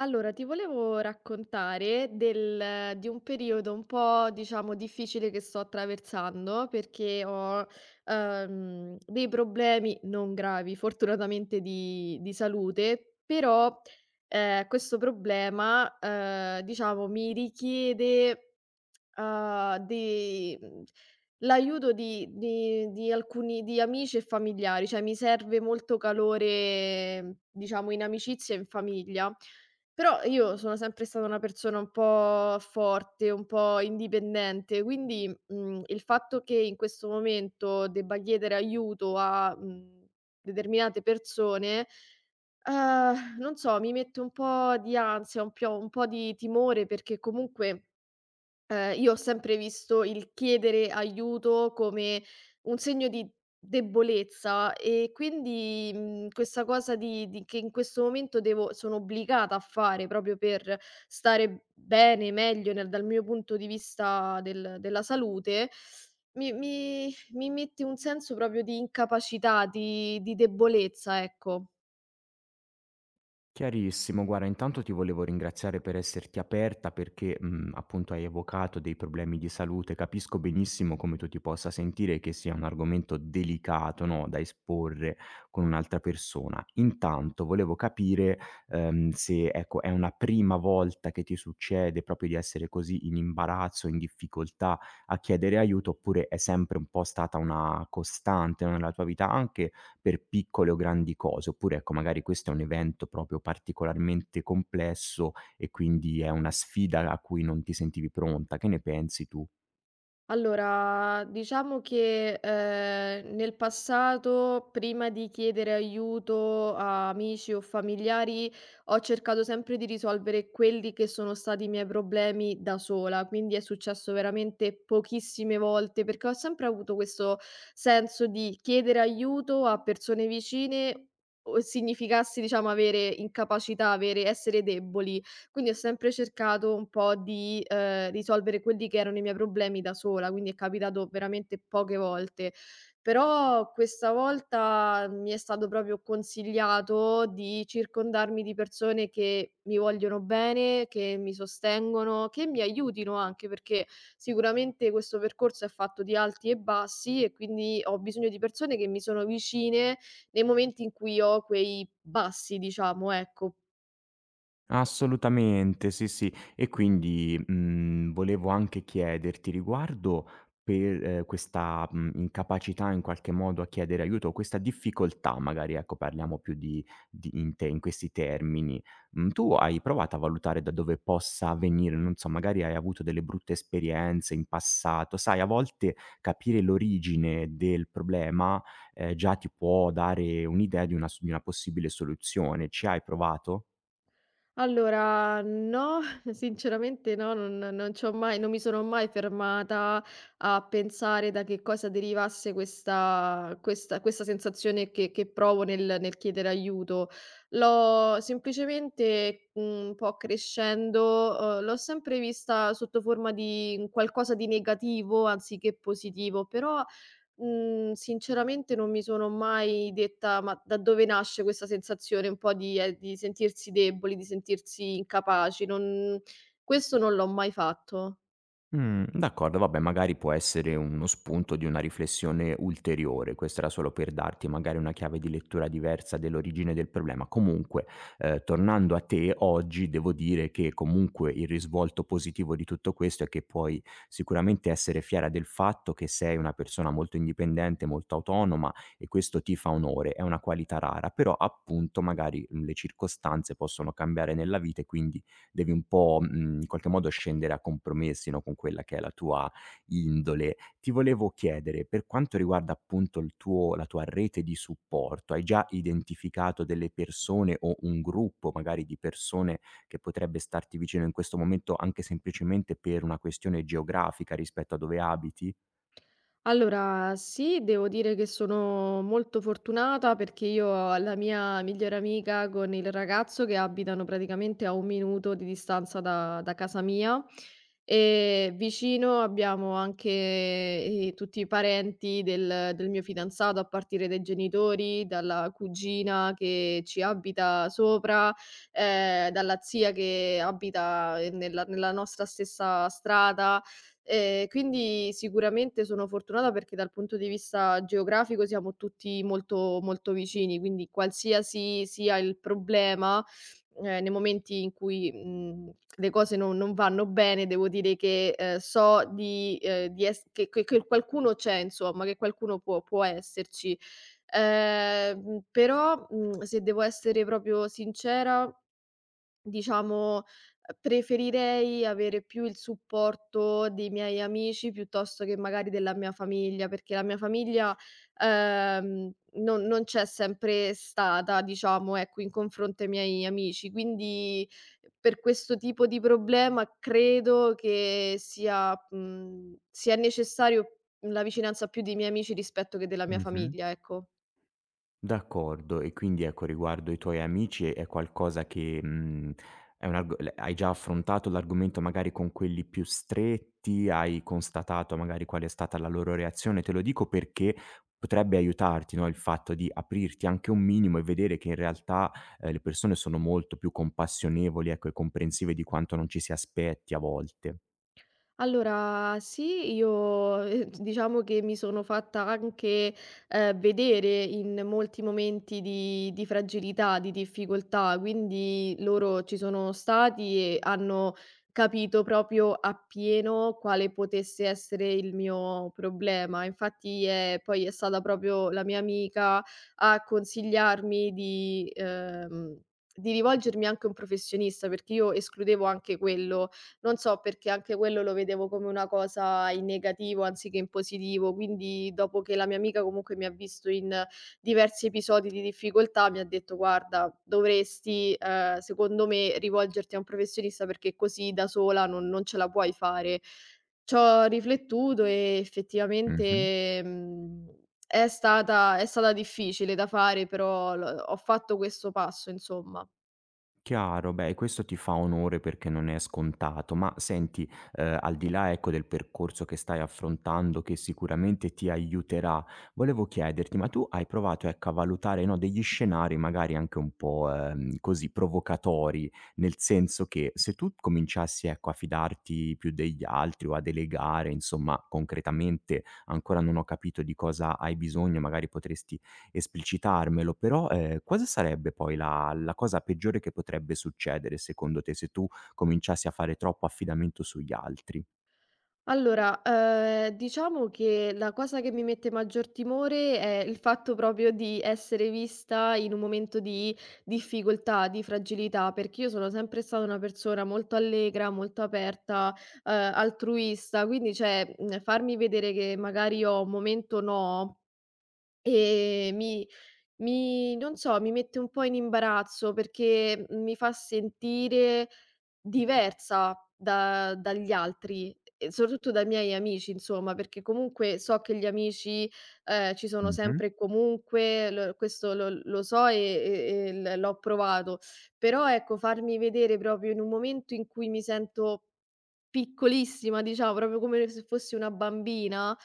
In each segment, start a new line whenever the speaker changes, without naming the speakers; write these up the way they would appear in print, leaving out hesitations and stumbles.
Allora, ti volevo raccontare del di un periodo un po', diciamo, difficile che sto attraversando perché ho dei problemi non gravi, fortunatamente di salute, però, questo problema, diciamo mi richiede Uhm, di mhmm, l'aiuto di alcuni di amici e familiari, cioè mi serve molto calore, mhmm, diciamo, in amicizia e in famiglia. Però io sono sempre stata una persona un po' forte, un po' indipendente, quindi, mhmm, il fatto che in questo momento debba chiedere aiuto a, mhmm, determinate persone, non so, mi mette un po' di ansia, un po' di timore perché comunque Io ho sempre visto il chiedere aiuto come un segno di debolezza e quindi, mhmm, questa cosa di che in questo momento devo sono obbligata a fare proprio per stare bene, meglio nel dal mio punto di vista della salute, mi mette un senso proprio di incapacità, di debolezza, ecco.
Chiarissimo, guarda intanto ti volevo ringraziare per esserti aperta perché, appunto hai evocato dei problemi di salute. Capisco benissimo come tu ti possa sentire che sia un argomento delicato, no, da esporre con un'altra persona. Intanto volevo capire, se ecco è una prima volta che ti succede proprio di essere così in imbarazzo, in difficoltà a chiedere aiuto, oppure è sempre un po' stata una costante, no, nella tua vita, anche per piccole o grandi cose, oppure ecco magari questo è un evento proprio particolarmente complesso e quindi è una sfida a cui non ti sentivi pronta. Che ne pensi tu?
Allora, diciamo che, nel passato, prima di chiedere aiuto a amici o familiari, ho cercato sempre di risolvere quelli che sono stati i miei problemi da sola, quindi è successo veramente pochissime volte, perché ho sempre avuto questo senso di chiedere aiuto a persone vicine o significasse, diciamo, avere incapacità, avere essere deboli. Quindi ho sempre cercato un po' di, risolvere quelli che erano i miei problemi da sola, quindi è capitato veramente poche volte. Però questa volta mi è stato proprio consigliato di circondarmi di persone che mi vogliono bene, che mi sostengono, che mi aiutino anche, perché sicuramente questo percorso è fatto di alti e bassi e quindi ho bisogno di persone che mi sono vicine nei momenti in cui ho quei bassi, diciamo, ecco.
Assolutamente, sì, sì. E quindi, volevo anche chiederti riguardo per, questa, incapacità in qualche modo a chiedere aiuto, questa difficoltà magari, ecco, parliamo più di in te in questi termini. Tu hai provato a valutare da dove possa venire? Non so, magari hai avuto delle brutte esperienze in passato. Sai, a volte capire l'origine del problema, già ti può dare un'idea di una s di una possibile soluzione. Ci hai provato?
Allora no, sinceramente no, non c'ho mai non mi sono mai fermata a pensare da che cosa derivasse questa questa sensazione che provo nel chiedere aiuto. L'ho semplicemente, mhmm, un po' crescendo, l'ho sempre vista sotto forma di un qualcosa di negativo anziché positivo, però mhmm, sinceramente non mi sono mai detta: "Ma da dove nasce questa sensazione un po' di sentirsi deboli, di sentirsi incapaci?" Non Questo non l'ho mai fatto.
D'accordo, vabbè, magari può essere uno spunto di una riflessione ulteriore. Questo era solo per darti magari una chiave di lettura diversa dell'origine del problema. Comunque, tornando a te, oggi devo dire che comunque il risvolto positivo di tutto questo è che puoi sicuramente essere fiera del fatto che sei una persona molto indipendente, molto autonoma e questo ti fa onore, è una qualità rara, però appunto magari, le circostanze possono cambiare nella vita e quindi devi un po', in qualche modo scendere a compromessi, no, con quella che è la tua indole. Ti volevo chiedere, per quanto riguarda appunto il tuo la tua rete di supporto, hai già identificato delle persone o un gruppo magari di persone che potrebbe starti vicino in questo momento, anche semplicemente per una questione geografica rispetto a dove abiti?
Allora, sì, devo dire che sono molto fortunata perché io ho la mia migliore amica con il ragazzo che abitano praticamente a 1 minuto di distanza da casa mia. E vicino abbiamo anche, tutti i parenti del mio fidanzato, a partire dai genitori, dalla cugina che ci abita sopra, dalla zia che abita, nella nostra stessa strada. Quindi sicuramente sono fortunata perché dal punto di vista geografico siamo tutti molto, molto vicini, quindi qualsiasi sia il problema, nei momenti in cui, mhmm, le cose non vanno bene, devo dire che, so di ess che che qualcuno c'è insomma, che qualcuno può esserci. Però, mhmm, se devo essere proprio sincera, diciamo, preferirei avere più il supporto dei miei amici piuttosto che magari della mia famiglia, perché la mia famiglia, non c'è sempre stata, diciamo, ecco, in confronto ai miei amici. Quindi per questo tipo di problema credo che sia necessario la vicinanza più dei miei amici rispetto che della mia
Mh-mh.
famiglia, ecco.
D'accordo. E quindi ecco, riguardo i tuoi amici è qualcosa che, è un arg l hai già affrontato l'argomento magari con quelli più stretti, hai constatato magari qual è stata la loro reazione? Te lo dico perché potrebbe aiutarti, no, il fatto di aprirti anche un minimo e vedere che in realtà, le persone sono molto più compassionevoli, ecco, e comprensive di quanto non ci si aspetti a volte.
Allora sì, io, d diciamo che mi sono fatta anche, vedere in molti momenti di fragilità, di difficoltà, quindi loro ci sono stati e hanno capito proprio appieno quale potesse essere il mio problema. Infatti è stata proprio la mia amica a consigliarmi di rivolgermi anche a un professionista, perché io escludevo anche quello. Non so perché anche quello lo vedevo come una cosa in negativo anziché in positivo, quindi dopo che la mia amica comunque mi ha visto in diversi episodi di difficoltà, mi ha detto: "Guarda, dovresti, secondo me, rivolgerti a un professionista perché così da sola non ce la puoi fare". C'ho riflettuto e
Mh-mh.
effettivamente, mhmm, è stata difficile da fare, però l ho fatto questo passo, insomma.
Chiaro, beh, e questo ti fa onore perché non è scontato, ma senti, al di là, ecco, del percorso che stai affrontando, che sicuramente ti aiuterà, volevo chiederti, ma tu hai provato, ecco, a valutare, no, degli scenari magari anche un po', così provocatori, nel senso che se tu cominciassi, ecco, a fidarti più degli altri o a delegare, insomma, concretamente, ancora non ho capito di cosa hai bisogno, magari potresti esplicitarmelo, però, cosa sarebbe poi la cosa peggiore che potrebbe succedere secondo te, se tu cominciassi a fare troppo affidamento sugli altri?
Allora, diciamo che la cosa che mi mette maggior timore è il fatto proprio di essere vista in un momento di difficoltà, di fragilità, perché io sono sempre stata una persona molto allegra, molto aperta, altruista, quindi cioè, mhmm, farmi vedere che magari ho un momento no, mi mi non so, mi mette un po' in imbarazzo perché mi fa sentire diversa da dagli altri e soprattutto dai miei amici insomma, perché comunque so che gli amici, ci sono
Mh-mh,
sempre e comunque, l questo lo so e l'ho provato. Però ecco, farmi vedere proprio in un momento in cui mi sento piccolissima, diciamo, proprio come se fossi una bambina,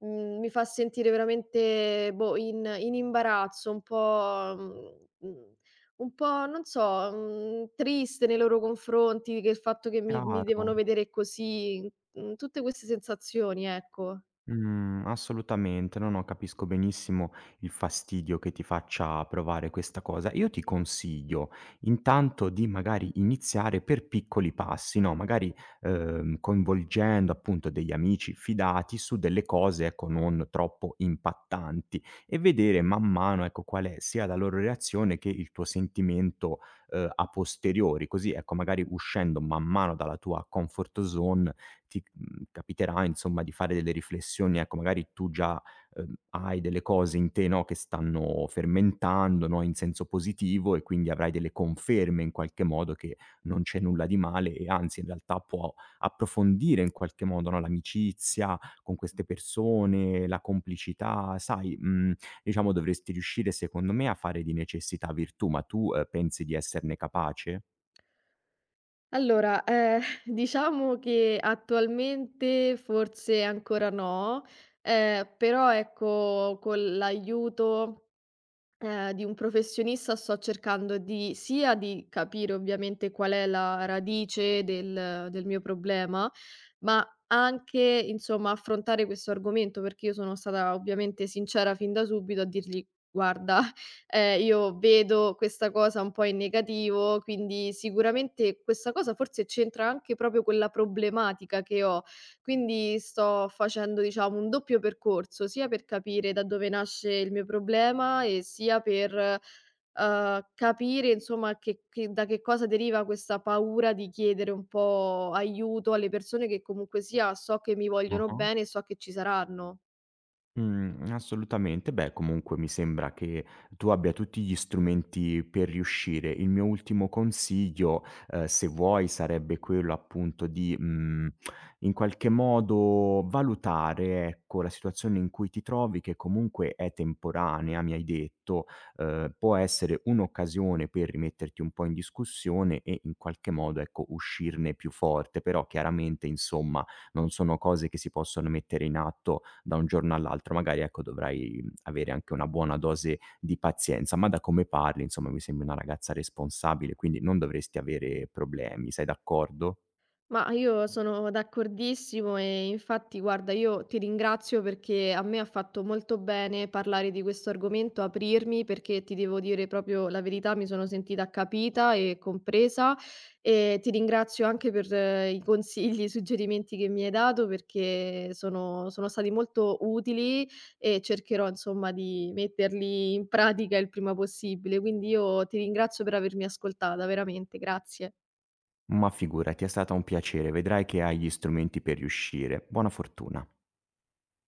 mhmm, mi fa sentire veramente, boh, in imbarazzo, un po', un po' non so, mhmm, triste nei loro confronti, che il fatto che mi
chiaro.
devono vedere così, mhmm, tutte queste sensazioni, ecco.
Mhmm, assolutamente. No, no, capisco benissimo il fastidio che ti faccia provare questa cosa. Io ti consiglio intanto di magari iniziare per piccoli passi, no, magari, coinvolgendo appunto degli amici fidati su delle cose, ecco, non troppo impattanti e vedere man mano, ecco, qual è sia la loro reazione che il tuo sentimento, a posteriori. Così, ecco, magari uscendo man mano dalla tua comfort zone ti capiterà insomma di fare delle riflessioni, ecco magari tu già, hai delle cose in te, no, che stanno fermentando, no, in senso positivo e quindi avrai delle conferme in qualche modo che non c'è nulla di male e anzi in realtà può approfondire in qualche modo, no, l'amicizia con queste persone, la complicità, sai, diciamo dovresti riuscire secondo me a fare di necessità virtù, ma tu, pensi di esserne capace?
Allora, diciamo che attualmente forse ancora no, però ecco, con l'aiuto di un professionista sto cercando di sia di capire ovviamente qual è la radice del mio problema, ma anche, insomma, affrontare questo argomento, perché io sono stata ovviamente sincera fin da subito a dirgli: "Guarda, io vedo questa cosa un po' in negativo, quindi sicuramente questa cosa forse c'entra anche proprio con la problematica che ho". Quindi sto facendo, diciamo, un doppio percorso, sia per capire da dove nasce il mio problema e sia per capire insomma che da che cosa deriva questa paura di chiedere un po' aiuto alle persone che comunque sia so che mi vogliono
Mh-mh.
bene e so che ci saranno.
Mhmm, assolutamente. Beh, comunque mi sembra che tu abbia tutti gli strumenti per riuscire. Il mio ultimo consiglio, se vuoi, sarebbe quello appunto di, in qualche modo valutare, ecco, la situazione in cui ti trovi, che comunque è temporanea, mi hai detto, può essere un'occasione per rimetterti un po' in discussione e in qualche modo, ecco, uscirne più forte. Però chiaramente, insomma, non sono cose che si possono mettere in atto da un giorno all'altro. Magari, ecco, dovrai, avere anche una buona dose di pazienza, ma da come parli, insomma, mi sembri una ragazza responsabile, quindi non dovresti avere problemi. Sei d'accordo?
Ma io sono d'accordissimo e infatti guarda, io ti ringrazio perché a me ha fatto molto bene parlare di questo argomento, aprirmi perché ti devo dire proprio la verità, mi sono sentita capita e compresa e ti ringrazio anche per i consigli, i suggerimenti che mi hai dato perché sono stati molto utili e cercherò insomma di metterli in pratica il prima possibile. Quindi io ti ringrazio per avermi ascoltata, veramente, grazie.
Ma figurati, è stato un piacere. Vedrai che hai gli strumenti per riuscire. Buona fortuna.